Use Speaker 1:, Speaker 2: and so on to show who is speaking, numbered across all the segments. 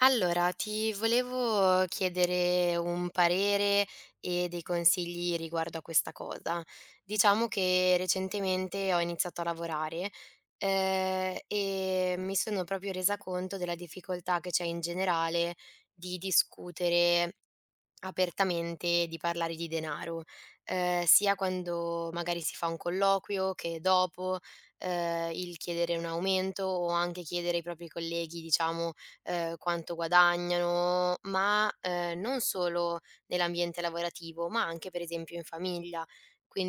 Speaker 1: Allora, ti volevo chiedere un parere e dei consigli riguardo a questa cosa. Diciamo che recentemente ho iniziato a lavorare, e mi sono proprio resa conto della difficoltà che c'è in generale di discutere apertamente di parlare di denaro, sia quando magari si fa un colloquio che dopo, il chiedere un aumento o anche chiedere ai propri colleghi, diciamo, quanto guadagnano, ma, non solo nell'ambiente lavorativo, ma anche per esempio in famiglia.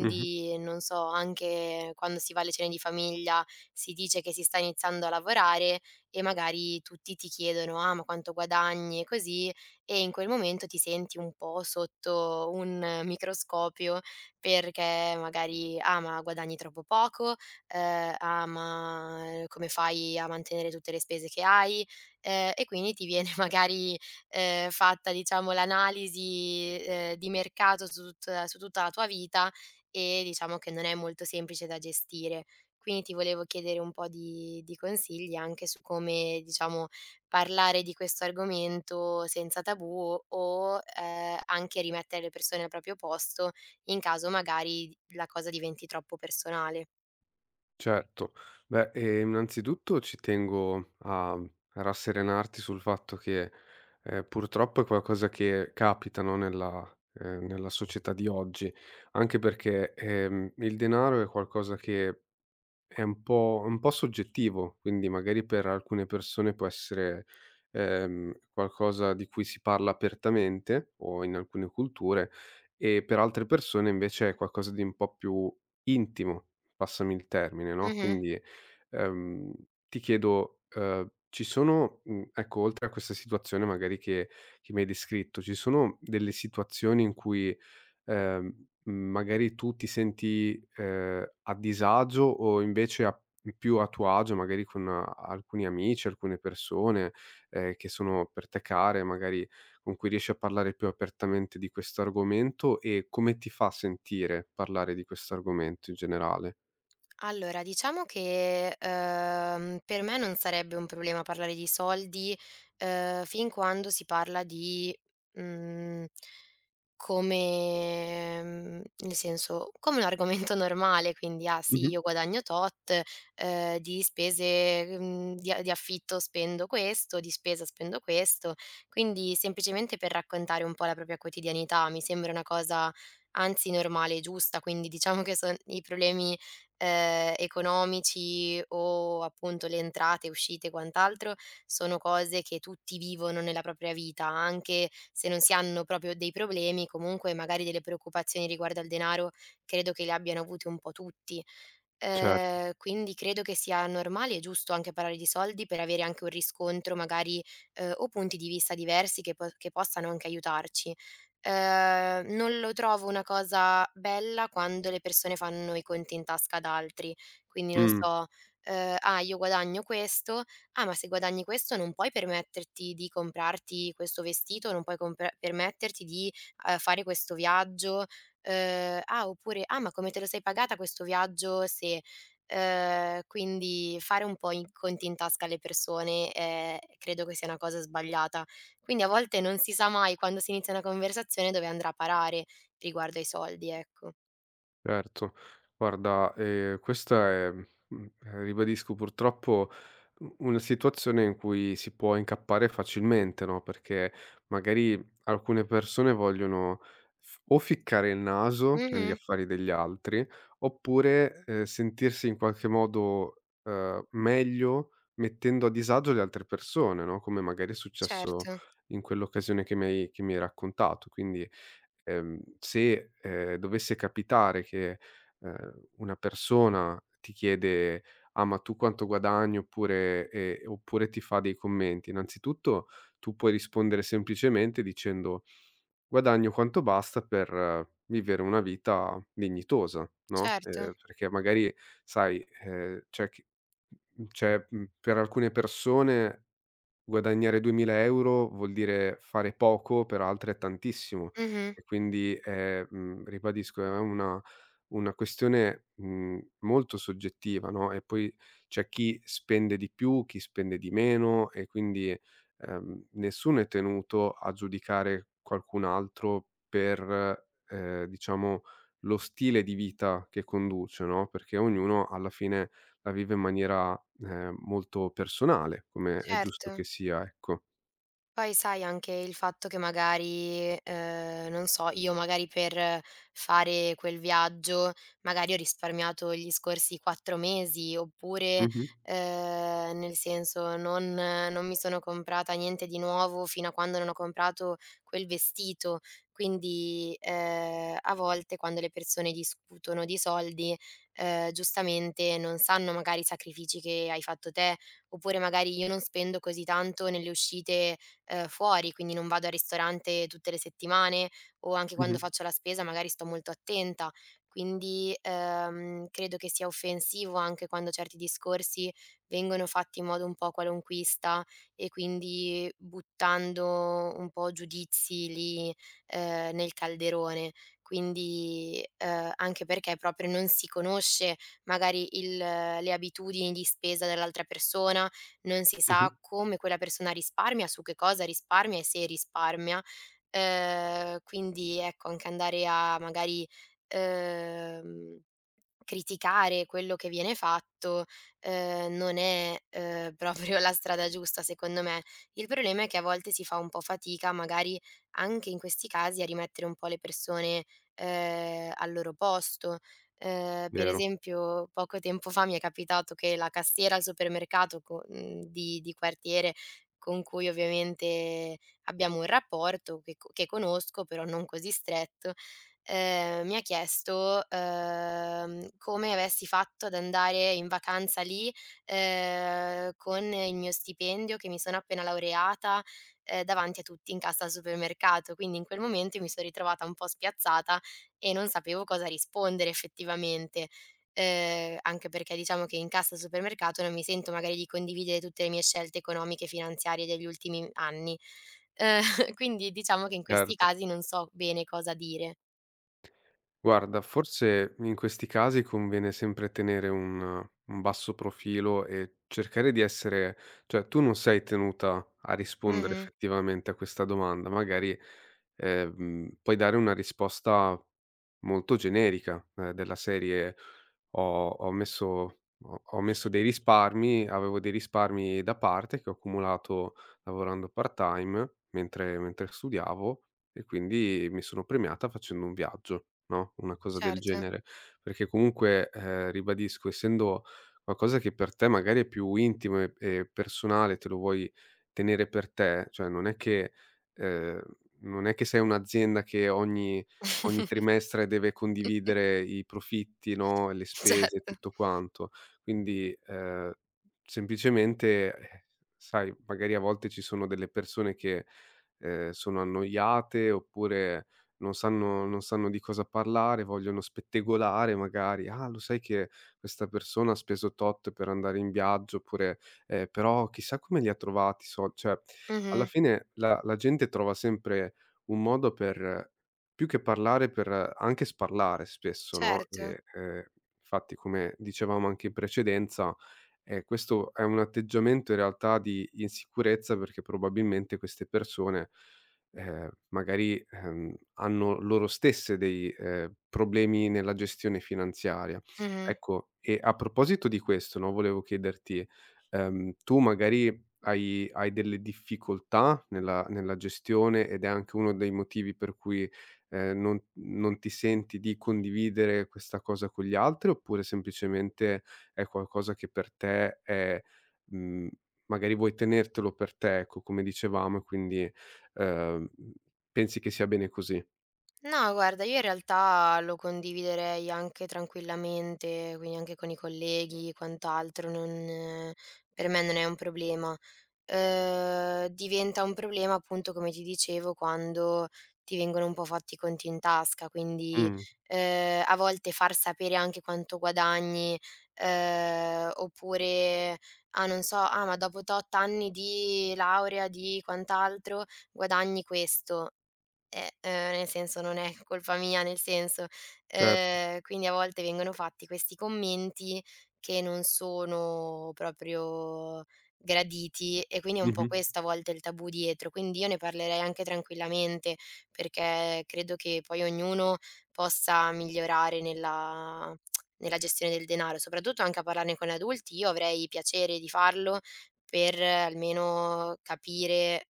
Speaker 2: Mh-mh.
Speaker 1: non so, anche quando si va alle cene di famiglia si dice che si sta iniziando a lavorare e magari tutti ti chiedono: "Ah, ma quanto guadagni?" E così, e in quel momento ti senti un po' sotto un microscopio, perché magari: "Ah, ma guadagni troppo poco", "Ah, ma come fai a mantenere tutte le spese che hai?" E quindi ti viene magari, fatta diciamo l'analisi, di mercato su tutta la tua vita, e diciamo che non è molto semplice da gestire. Quindi ti volevo chiedere un po' di consigli anche su come, diciamo, parlare di questo argomento senza tabù o, anche rimettere le persone al proprio posto in caso magari la cosa diventi troppo personale.
Speaker 2: Certo. Beh, innanzitutto ci tengo a rasserenarti sul fatto che, purtroppo è qualcosa che capita, no, nella società di oggi, anche perché, il denaro è qualcosa che è un po' soggettivo, quindi magari per alcune persone può essere, qualcosa di cui si parla apertamente o in alcune culture e per altre persone invece è qualcosa di un po' più intimo, passami il termine, no,
Speaker 1: Mh-mh.
Speaker 2: quindi, ehm, ti chiedo, ci sono, ecco oltre a questa situazione magari che mi hai descritto, ci sono delle situazioni in cui magari tu ti senti, a disagio o invece a più a tuo agio magari con alcuni amici, alcune persone, che sono per te care, magari con cui riesci a parlare più apertamente di questo argomento e come ti fa sentire parlare di questo argomento in generale?
Speaker 1: Allora diciamo che, per me non sarebbe un problema parlare di soldi, fin quando si parla di, mhmm nel senso, come un argomento normale, quindi: "Ah sì,
Speaker 2: Mh-mh,
Speaker 1: io guadagno tot, di spese, di affitto spendo questo, di spesa spendo questo". Quindi semplicemente per raccontare un po' la propria quotidianità, mi sembra una cosa anzi normale e giusta. Quindi diciamo che son i problemi, economici o appunto le entrate, uscite e quant'altro, sono cose che tutti vivono nella propria vita. Anche se non si hanno proprio dei problemi, comunque magari delle preoccupazioni riguardo al denaro credo che le abbiano avute un po' tutti.
Speaker 2: certo.
Speaker 1: Quindi credo che sia normale e giusto anche parlare di soldi per avere anche un riscontro magari, o punti di vista diversi che po che possano anche aiutarci. Non lo trovo una cosa bella quando le persone fanno i conti in tasca ad altri, quindi non
Speaker 2: Mh.
Speaker 1: so: "Ah, io guadagno questo, ah, ma se guadagni questo non puoi permetterti di comprarti questo vestito, non puoi compra permetterti di, fare questo viaggio". Ah, oppure: "Ah, ma come te lo sei pagata questo viaggio?" Se Quindi fare un po' i conti in tasca alle persone, credo che sia una cosa sbagliata. Quindi a volte non si sa mai, quando si inizia una conversazione, dove andrà a parare riguardo ai soldi, ecco.
Speaker 2: Certo. Guarda, questa è ribadisco purtroppo u una situazione in cui si può incappare facilmente, no, perché magari alcune persone vogliono f o ficcare il naso negli
Speaker 1: Mh-mh.
Speaker 2: affari degli altri, oppure, sentirsi in qualche modo, meglio mettendo a disagio le altre persone, no, come magari è successo
Speaker 1: Certo,
Speaker 2: in quell'occasione che mi hai raccontato. Quindi se, dovesse capitare che, una persona ti chiede: "Ah, ma tu quanto guadagni?" Oppure oppure ti fa dei commenti, innanzitutto tu puoi rispondere semplicemente dicendo: "Guadagno quanto basta per vivere una vita dignitosa", no,
Speaker 1: certo.
Speaker 2: perché magari sai, c'è chi c'è, per alcune persone guadagnare 2000 € vuol dire fare poco, per altre è tantissimo
Speaker 1: Mh-mh.
Speaker 2: e quindi, ribadisco è una questione, molto soggettiva, no, e poi c'è chi spende di più, chi spende di meno e quindi, nessuno è tenuto a giudicare qualcun altro per, diciamo lo stile di vita che conduce, no, perché ognuno alla fine la vive in maniera molto personale, come è
Speaker 1: Certo.
Speaker 2: giusto che sia, ecco.
Speaker 1: Poi sai anche il fatto che magari, non so, io magari per fare quel viaggio, magari ho risparmiato gli scorsi 4 mesi, oppure,
Speaker 2: Mh-mh,
Speaker 1: nel senso non mi sono comprata niente di nuovo fino a quando non ho comprato quel vestito. Quindi, a volte quando le persone discutono di soldi, giustamente non sanno magari i sacrifici che hai fatto te, oppure magari io non spendo così tanto nelle uscite fuori, quindi non vado al ristorante tutte le settimane, o anche quando
Speaker 2: mh-mh,
Speaker 1: faccio la spesa magari sto molto attenta. Quindi, credo che sia offensivo anche quando certi discorsi vengono fatti in modo un po' qualunquista, e quindi buttando un po' giudizi lì, nel calderone. Quindi, anche perché proprio non si conosce magari il le abitudini di spesa dell'altra persona, non si
Speaker 2: mh-mh,
Speaker 1: sa come quella persona risparmia, su che cosa risparmia e se risparmia. Quindi ecco, anche andare a magari, ehm, criticare quello che viene fatto, non è, proprio la strada giusta secondo me. Il problema è che a volte si fa un po' fatica, magari anche in questi casi, a rimettere un po' le persone, al loro posto. Per
Speaker 2: vero,
Speaker 1: esempio, poco tempo fa mi è capitato che la cassiera al supermercato di quartiere, con cui ovviamente abbiamo un rapporto che conosco, però non così stretto, mi ha chiesto, come avessi fatto ad andare in vacanza lì, con il mio stipendio, che mi sono appena laureata, davanti a tutti in cassa al supermercato. Quindi in quel momento mi son ritrovata un po' spiazzata e non sapevo cosa rispondere effettivamente, anche perché diciamo che in cassa al supermercato non mi sento magari di condividere tutte le mie scelte economiche e finanziarie degli ultimi anni. Ehm, quindi diciamo che in questi
Speaker 2: certo.
Speaker 1: casi non so bene cosa dire.
Speaker 2: Guarda, forse in questi casi conviene sempre tenere un basso profilo e cercare di essere cioè tu non sei tenuta a rispondere
Speaker 1: Mh-mh.
Speaker 2: effettivamente a questa domanda, magari, puoi dare una risposta molto generica, della serie: ho ho messo ho messo dei risparmi avevo dei risparmi da parte che ho accumulato lavorando part-time mentre studiavo e quindi mi sono premiata facendo un viaggio, no, una cosa del
Speaker 1: Certo,
Speaker 2: genere. Perché comunque, ribadisco, essendo qualcosa che per te magari è più intimo e personale, te lo vuoi tenere per te, cioè non è che ehm, non è che sei un'azienda che ogni trimestre deve condividere i profitti, no, le spese e
Speaker 1: certo.
Speaker 2: tutto quanto. Quindi, semplicemente, sai, magari a volte ci sono delle persone che, sono annoiate oppure non sanno di cosa parlare, vogliono spettegolare magari: "Ah, lo sai che questa persona ha speso tot per andare in viaggio?" Oppure: però chissà come li ha trovati i sol" cioè, alla
Speaker 1: Mh-mh.
Speaker 2: fine la gente trova sempre un modo per più che parlare per anche sparlare spesso, no,
Speaker 1: Certo.
Speaker 2: e, infatti come dicevamo anche in precedenza, questo è un atteggiamento in realtà di insicurezza perché probabilmente queste persone, hanno loro stesse dei, problemi nella gestione finanziaria.
Speaker 1: Mh-mh.
Speaker 2: Ecco, e a proposito di questo, no, volevo chiederti, tu magari hai delle difficoltà nella gestione ed è anche uno dei motivi per cui non ti senti di condividere questa cosa con gli altri, oppure semplicemente è qualcosa che per te è mhmm, magari vuoi tenertelo per te, ecco, come dicevamo, e quindi, ehm, pensi che sia bene così?
Speaker 1: No, guarda, io in realtà lo condividerei anche tranquillamente, quindi anche con i colleghi e quant'altro, non per me non è un problema. Diventa un problema appunto, come ti dicevo, quando ti vengono un po' fatti i conti in tasca, quindi,
Speaker 2: Mh,
Speaker 1: a volte far sapere anche quanto guadagni, oppure, ah, non so: "Ah, ma dopo tot anni di laurea, di quant'altro, guadagni questo". Nel senso non è colpa mia, nel senso,
Speaker 2: certo.
Speaker 1: quindi a volte vengono fatti questi commenti che non sono proprio graditi, e quindi è un po'
Speaker 2: Mh-mh.
Speaker 1: questo a volte il tabù dietro. Quindi io ne parlerei anche tranquillamente, perché credo che poi ognuno possa migliorare nella gestione del denaro, soprattutto anche a parlarne con adulti. Io avrei piacere di farlo per almeno capire,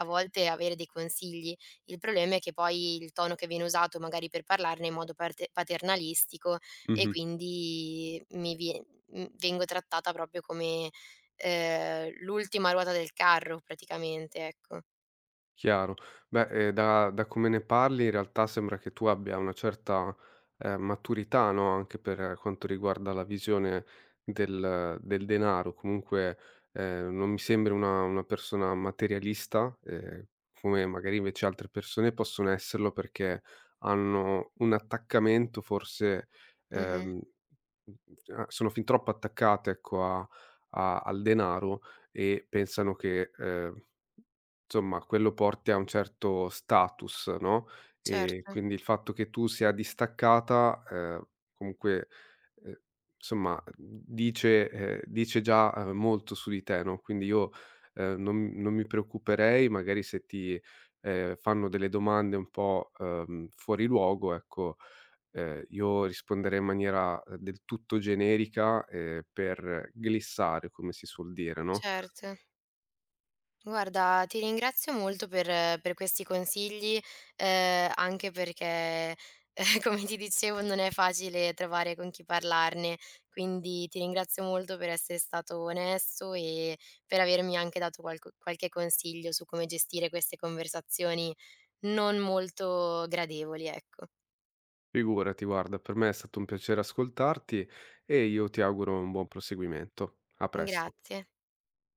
Speaker 1: a volte avere dei consigli. Il problema è che poi il tono che viene usato magari per parlarne è in modo parte paternalistico, e
Speaker 2: Mh-mh.
Speaker 1: quindi vengo trattata proprio come, l'ultima ruota del carro praticamente, ecco.
Speaker 2: Chiaro. Beh, da come ne parli in realtà sembra che tu abbia una certa, maturità, no, anche per quanto riguarda la visione del denaro. Comunque, non mi sembri una persona materialista, come magari invece altre persone possono esserlo perché hanno un attaccamento forse,
Speaker 1: Mh-mh.
Speaker 2: ehm, a sono fin troppo attaccate, ecco, a al denaro e pensano che, insomma, quello porti a un certo status, no, e
Speaker 1: Certo,
Speaker 2: quindi il fatto che tu sia distaccata, comunque, ehm, insomma, dice dice già, molto su di te, no, quindi io, non mi preoccuperei magari se ti, fanno delle domande un po', fuori luogo, ecco, io risponderei in maniera, del tutto generica, per glissare, come si suol dire, no?
Speaker 1: certo. Guarda, ti ringrazio molto per questi consigli, anche perché, come ti dicevo, non è facile trovare con chi parlarne, quindi ti ringrazio molto per essere stato onesto e per avermi anche dato qualco qualche consiglio su come gestire queste conversazioni non molto gradevoli, ecco.
Speaker 2: Figurati, guarda, per me è stato un piacere ascoltarti e io ti auguro un buon proseguimento. A presto.
Speaker 1: Grazie.